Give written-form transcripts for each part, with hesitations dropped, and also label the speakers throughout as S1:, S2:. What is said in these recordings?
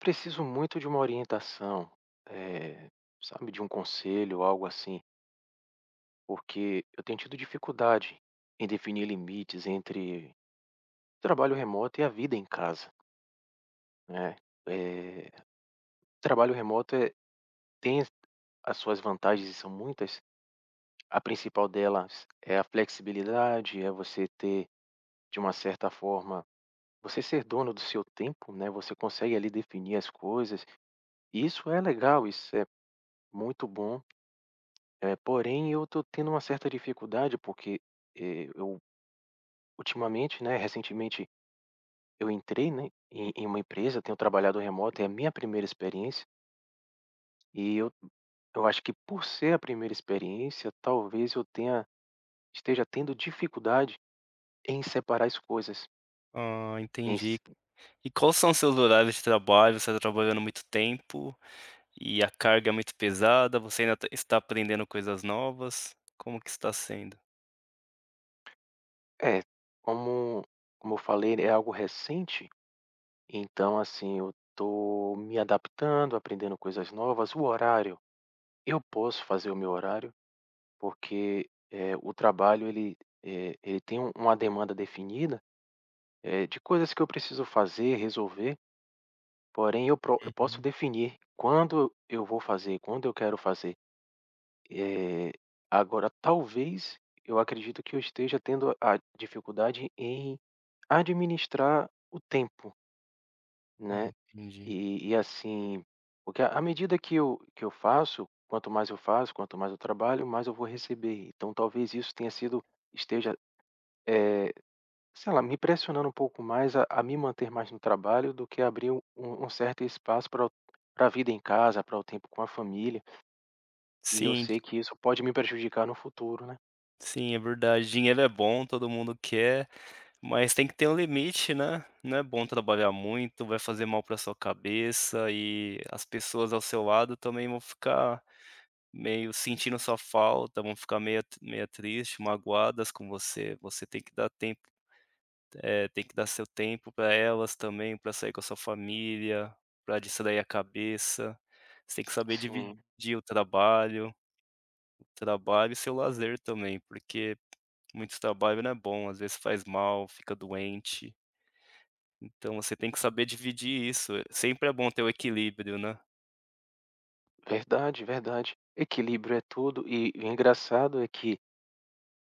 S1: Preciso muito de uma orientação, eh, sabe, de um conselho, algo assim, porque eu tenho tido dificuldade em definir limites entre trabalho remoto e a vida em casa, né. Eh, trabalho remoto, tem as suas vantagens e são muitas. A principal delas é a flexibilidade, é você ter, de uma certa forma, você ser dono do seu tempo, né, você consegue ali definir as coisas, e isso é legal, isso é muito bom. É, porém eu tô tendo uma certa dificuldade, porque, eu ultimamente, né, recentemente eu entrei, né, em uma empresa, tenho trabalhado remoto, é a minha primeira experiência, e eu acho que por ser a primeira experiência, talvez eu tenha esteja tendo dificuldade em separar as coisas,
S2: Ah,
S1: em s
S2: entendi. E quais são seus horários de trabalho? Você está trabalhando muito tempo e a carga é muito pesada? Você ainda está aprendendo coisas novas? Como que está sendo?
S1: é, como como eu falei, é algo recente, então assim, eu tô me adaptando, aprendendo coisas novas. O horário, eu posso fazer o meu horário? Porque, o trabalho ele, ele tem uma demanda definida, de coisas que eu preciso fazer, resolver, porém eu posso
S2: Uhum.
S1: definir quando eu vou fazer, quando eu quero fazer. Eh, agora talvez, eu acredito que eu esteja tendo a dificuldade em administrar o tempo,
S2: Ah,
S1: né.
S2: entendi.
S1: E assim, porque à medida que eu faço, quanto mais eu faço, quanto mais eu trabalho, mais eu vou receber. Então talvez isso tenha sido esteja, eh sei lá, me pressionando um pouco mais a me manter mais no trabalho do que abrir um certo espaço para a vida em casa, para o tempo com a família, e eu
S2: Sim,
S1: sei que isso pode me prejudicar no futuro, né.
S2: sim, é verdade. Dinheiro é bom, todo mundo quer, mas tem que ter um limite, né? Não é bom trabalhar muito, vai fazer mal para sua cabeça e as pessoas ao seu lado também vão ficar meio sentindo sua falta, vão ficar meio triste, magoadas com você. Você tem que dar tempo, tem que dar seu tempo para elas também, para sair com a sua família, pra distrair a cabeça. Você tem que saber
S1: Sim,
S2: dividir o trabalho e seu lazer também, porque muito trabalho não é bom, às vezes faz mal, fica doente. Então você tem que saber dividir isso. Sempre é bom ter o equilíbrio, né.
S1: verdade, verdade. Equilíbrio é tudo e o engraçado é que,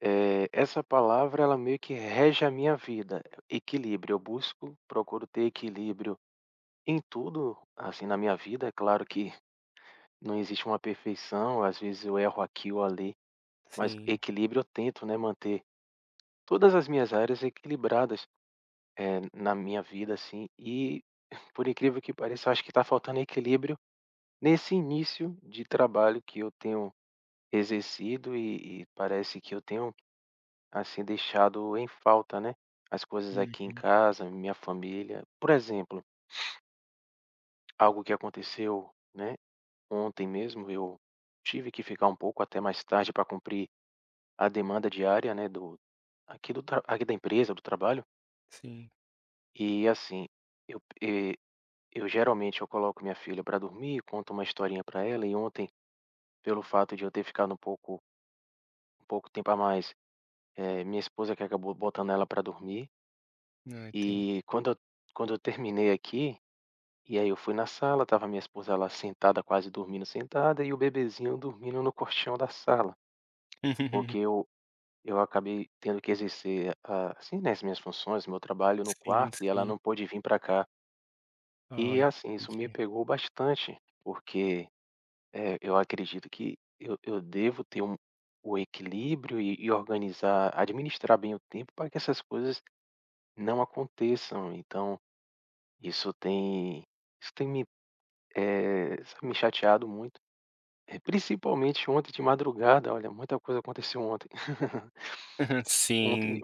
S1: essa palavra ela meio que rege a minha vida, equilíbrio. Eu busco, procuro ter equilíbrio em tudo, assim, na minha vida. É claro que não existe uma perfeição, às vezes eu erro aqui ou ali. Mas
S2: Sim.
S1: equilíbrio eu tento, né, manter todas as minhas áreas equilibradas, na minha vida, assim, e por incrível que pareça, eu acho que está faltando equilíbrio nesse início de trabalho que eu tenho exercido e parece que eu tenho, assim, deixado em falta, né, as coisas aqui em
S2: Uhum.
S1: casa, minha família. Por exemplo, algo que aconteceu, né, ontem mesmo, eu tive que ficar um pouco até mais tarde para cumprir a demanda diária, né, do aqui do tra aqui da empresa, do trabalho.
S2: Sim.
S1: E assim, eu e eu geralmente eu coloco minha filha para dormir, conto uma historinha para ela e ontem, pelo fato de eu ter ficado um pouco tempo a mais, minha esposa que acabou botando ela para dormir,
S2: Ah, tem.
S1: e quando eu terminei aqui, e aí eu fui na sala, tava minha esposa lá sentada, quase dormindo sentada, e o bebezinho dormindo no colchão da sala, porque eu acabei tendo que exercer, ah, assim, né, as minhas funções, meu trabalho no
S2: Sim,
S1: quarto e ela
S2: sim.
S1: não pôde vir para cá.
S2: Ah,
S1: E assim, isso me
S2: entendi.
S1: pegou bastante, porque, eu acredito que eu devo ter o equilíbrio e organizar, administrar bem o tempo para que essas coisas não aconteçam. Então isso tem isso tem me, sabe, me chateado muito, principalmente ontem de madrugada, olha, muita coisa aconteceu ontem. Ontem
S2: Sim,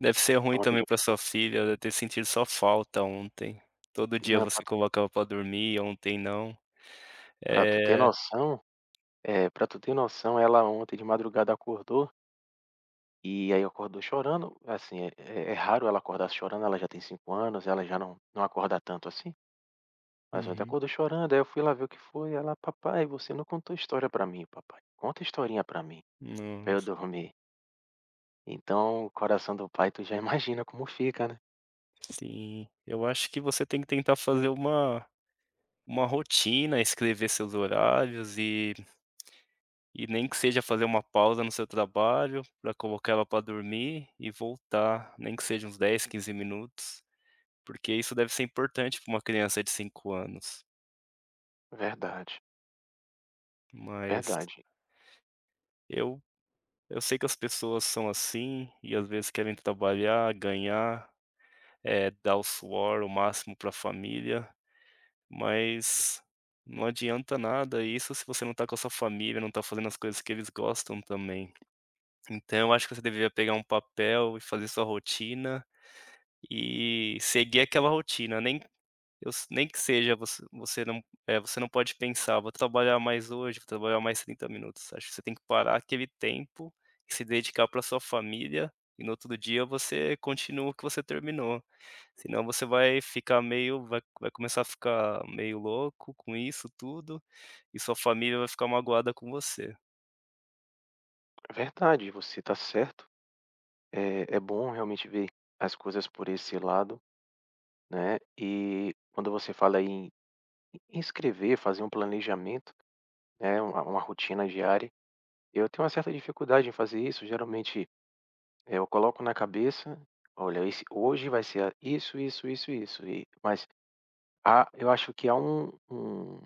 S2: deve ser ruim
S1: ontem de
S2: também para sua filha, ela deve ter sentido só falta ontem. Todo dia
S1: Não,
S2: você colocava para dormir, ontem não.
S1: pra tu ter
S2: Eh
S1: noção, pra tu ter noção, ela ontem de madrugada acordou. E aí acordou chorando, assim, é raro ela acordar chorando, ela já tem 5 anos, ela já não acorda tanto assim, mas ontem
S2: uhum.
S1: acordou chorando, aí eu fui lá ver o que foi, ela: "Papai, você não contou história pra mim, papai, conta historinha pra mim", pra eu
S2: Nossa,
S1: dormir. Então o coração do pai tu já imagina como fica, né.
S2: sim. Eu acho que você tem que tentar fazer uma rotina, escrever seus horários e nem que seja fazer uma pausa no seu trabalho para colocar ela para dormir e voltar, nem que seja uns 10, 15 minutos, porque isso deve ser importante para uma criança de 5 anos.
S1: Verdade,
S2: Mas
S1: verdade,
S2: eu sei que as pessoas são assim e às vezes querem trabalhar, ganhar, dar o suor, o máximo para a família, mas não adianta nada isso se você não tá com a sua família, não tá fazendo as coisas que eles gostam também. Então eu acho que você deveria pegar um papel e fazer sua rotina e seguir aquela rotina, nem eu s nem que seja você não você não pode pensar: "Vou trabalhar mais hoje, vou trabalhar mais 30 minutos". Acho que você tem que parar aquele tempo e se dedicar para sua família, e no outro dia você continua o que você terminou. Senão você vai ficar meio vai começar a ficar meio louco com isso tudo, e sua família vai ficar magoada com você.
S1: verdade, você tá certo, é bom realmente ver as coisas por esse lado, né, e quando você fala em escrever, fazer um planejamento, né, uma rotina diária. Eu tenho uma certa dificuldade em fazer isso, geralmente, eu coloco na cabeça: "Olha, esse hoje vai ser a isso, isso, isso, isso", e mas há eu acho que há um um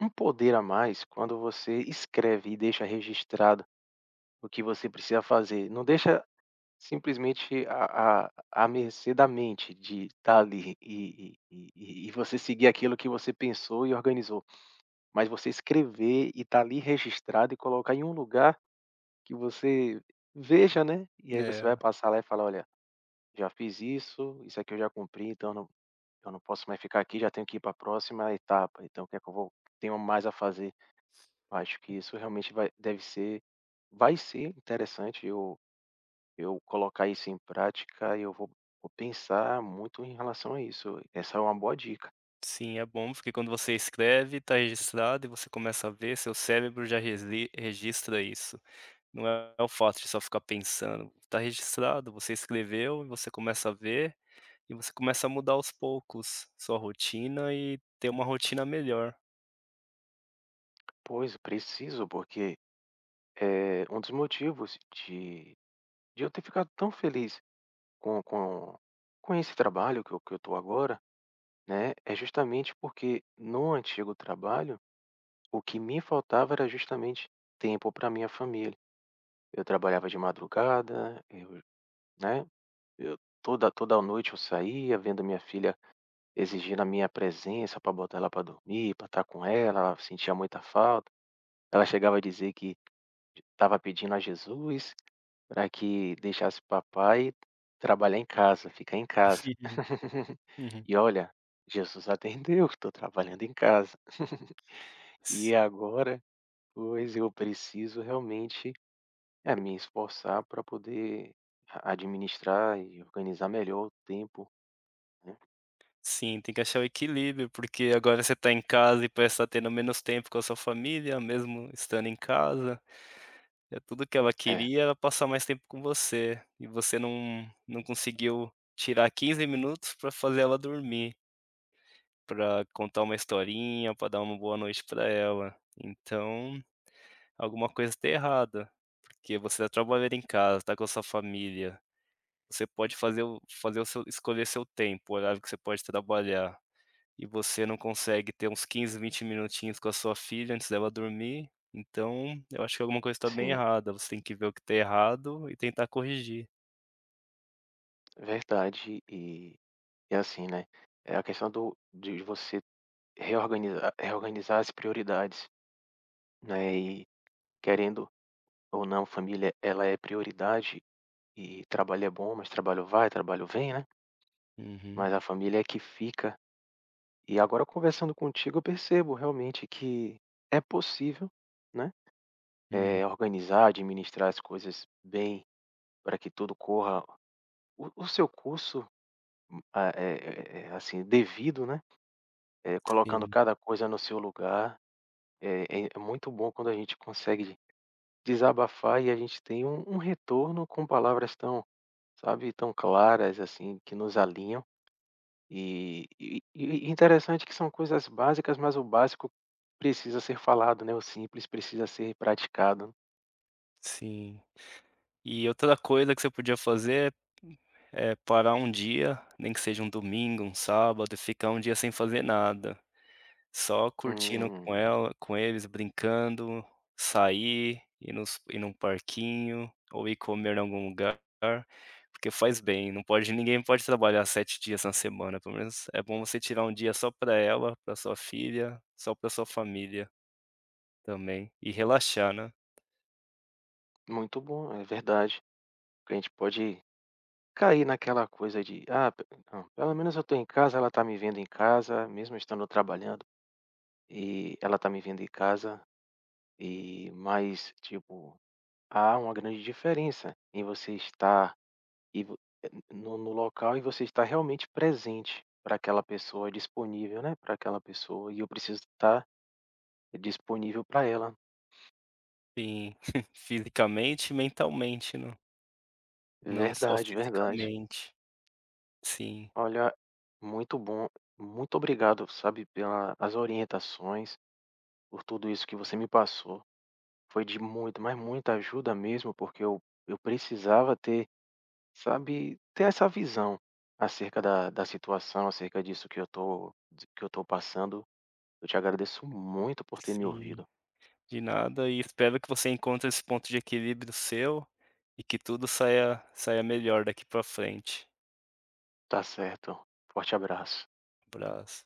S1: um poder a mais quando você escreve e deixa registrado o que você precisa fazer, não deixa simplesmente à mercê da mente de estar ali e você seguir aquilo que você pensou e organizou, mas você escrever e estar ali registrado e colocar em um lugar que você veja, né, e aí você vai
S2: É,
S1: passar lá e falar: "Olha, já fiz isso, isso aqui eu já cumpri, então não, eu não posso mais ficar aqui, já tenho que ir para a próxima etapa, então o que é que eu vou tenho mais a fazer". Eu acho que isso realmente vai ser interessante eu colocar isso em prática e eu vou pensar muito em relação a isso. Essa é uma boa dica.
S2: sim, é bom porque quando você escreve, tá registrado e você começa a ver, seu cérebro já resli registra isso. Não é o fato de só ficar pensando, tá registrado, você escreveu e você começa a ver, e você começa a mudar aos poucos sua rotina e ter uma rotina melhor.
S1: Pois, preciso, porque, é um dos motivos de eu ter ficado tão feliz Com com com esse trabalho que eu estou agora, né, é justamente porque no antigo trabalho, o que me faltava era justamente tempo para minha família. Eu trabalhava de madrugada, eu né, eu toda a noite eu saía, vendo minha filha exigindo a minha presença para botar ela para dormir, para estar com ela, ela sentia muita falta. Ela chegava a dizer que estava pedindo a Jesus, para que deixasse o papai trabalhar em casa, ficar em casa.
S2: Uhum, uhum.
S1: E olha, Jesus atendeu, estou trabalhando em casa. E
S2: Si
S1: agora, pois eu preciso realmente, me esforçar para poder a administrar e organizar melhor o tempo, né.
S2: Sim, tem que achar o equilíbrio, porque agora você tá em casa e parece estar tendo menos tempo com a sua família, mesmo estando em casa, é tudo que ela
S1: É,
S2: queria era passar mais tempo com você, e você não conseguiu tirar 15 minutos para fazer ela dormir. Pra contar uma historinha, pra dar uma boa noite pra ela. Então, alguma coisa tá errada, porque você tá trabalhando em casa, tá com a sua família, você pode fazer o seu escolher seu tempo, o horário que você pode trabalhar, e você não consegue ter uns 15, 20 minutinhos com a sua filha antes dela dormir, então eu acho que alguma coisa tá bem
S1: sim,
S2: errada, você tem que ver o que tá errado e tentar corrigir.
S1: verdade. E assim, né, é a questão do de você reorganizar as prioridades, né, e querendo ou não, família, ela é prioridade e trabalho é bom, mas trabalho vai, trabalho vem, né?
S2: Uhum,
S1: Mas a família é que fica. E agora conversando contigo, eu percebo realmente que é possível, né?
S2: uhum,
S1: Organizar, administrar as coisas bem para que tudo corra o seu curso, assim, devido, né? Colocando
S2: sim,
S1: cada coisa no seu lugar. É, é muito bom quando a gente consegue desabafar e a gente tem um retorno com palavras tão, sabe, tão claras, assim, que nos alinham, e interessante que são coisas básicas, mas o básico precisa ser falado, né, o simples precisa ser praticado.
S2: sim. E outra coisa que você podia fazer é é parar um dia, nem que seja um domingo, um sábado, e ficar um dia sem fazer nada, só curtindo
S1: Hum,
S2: com ela com eles, brincando, sair, ir num parquinho, ou ir comer em algum lugar, porque faz bem, não pode ninguém pode trabalhar 7 dias na semana, pelo menos é bom você tirar um dia só para ela, para sua filha, só para sua família também, e relaxar, né,
S1: muito bom, é verdade, porque a gente pode cair naquela coisa de: "Ah, pe não, pelo menos eu estou em casa, ela está me vendo em casa, mesmo estando trabalhando, e ela está me vendo em casa", e mas, tipo, há uma grande diferença em você estar E vo no no local e você está realmente presente para aquela pessoa, disponível, né, para aquela pessoa, e eu preciso estar disponível para ela.
S2: sim, fisicamente e mentalmente, não só
S1: Verdade, verdade.
S2: fisicamente. Sim.
S1: Olha, muito bom, muito obrigado, sabe, pelas orientações, por tudo isso que você me passou. Foi de muito, mas muita ajuda mesmo, porque eu precisava ter, sabe, ter essa visão acerca da situação, acerca disso que eu tô passando. Eu te agradeço muito por ter me
S2: Sim,
S1: ouvido.
S2: de nada e espero que você encontre esse ponto de equilíbrio seu, e que tudo saia melhor daqui para frente.
S1: Tá certo. Forte abraço.
S2: Abraço.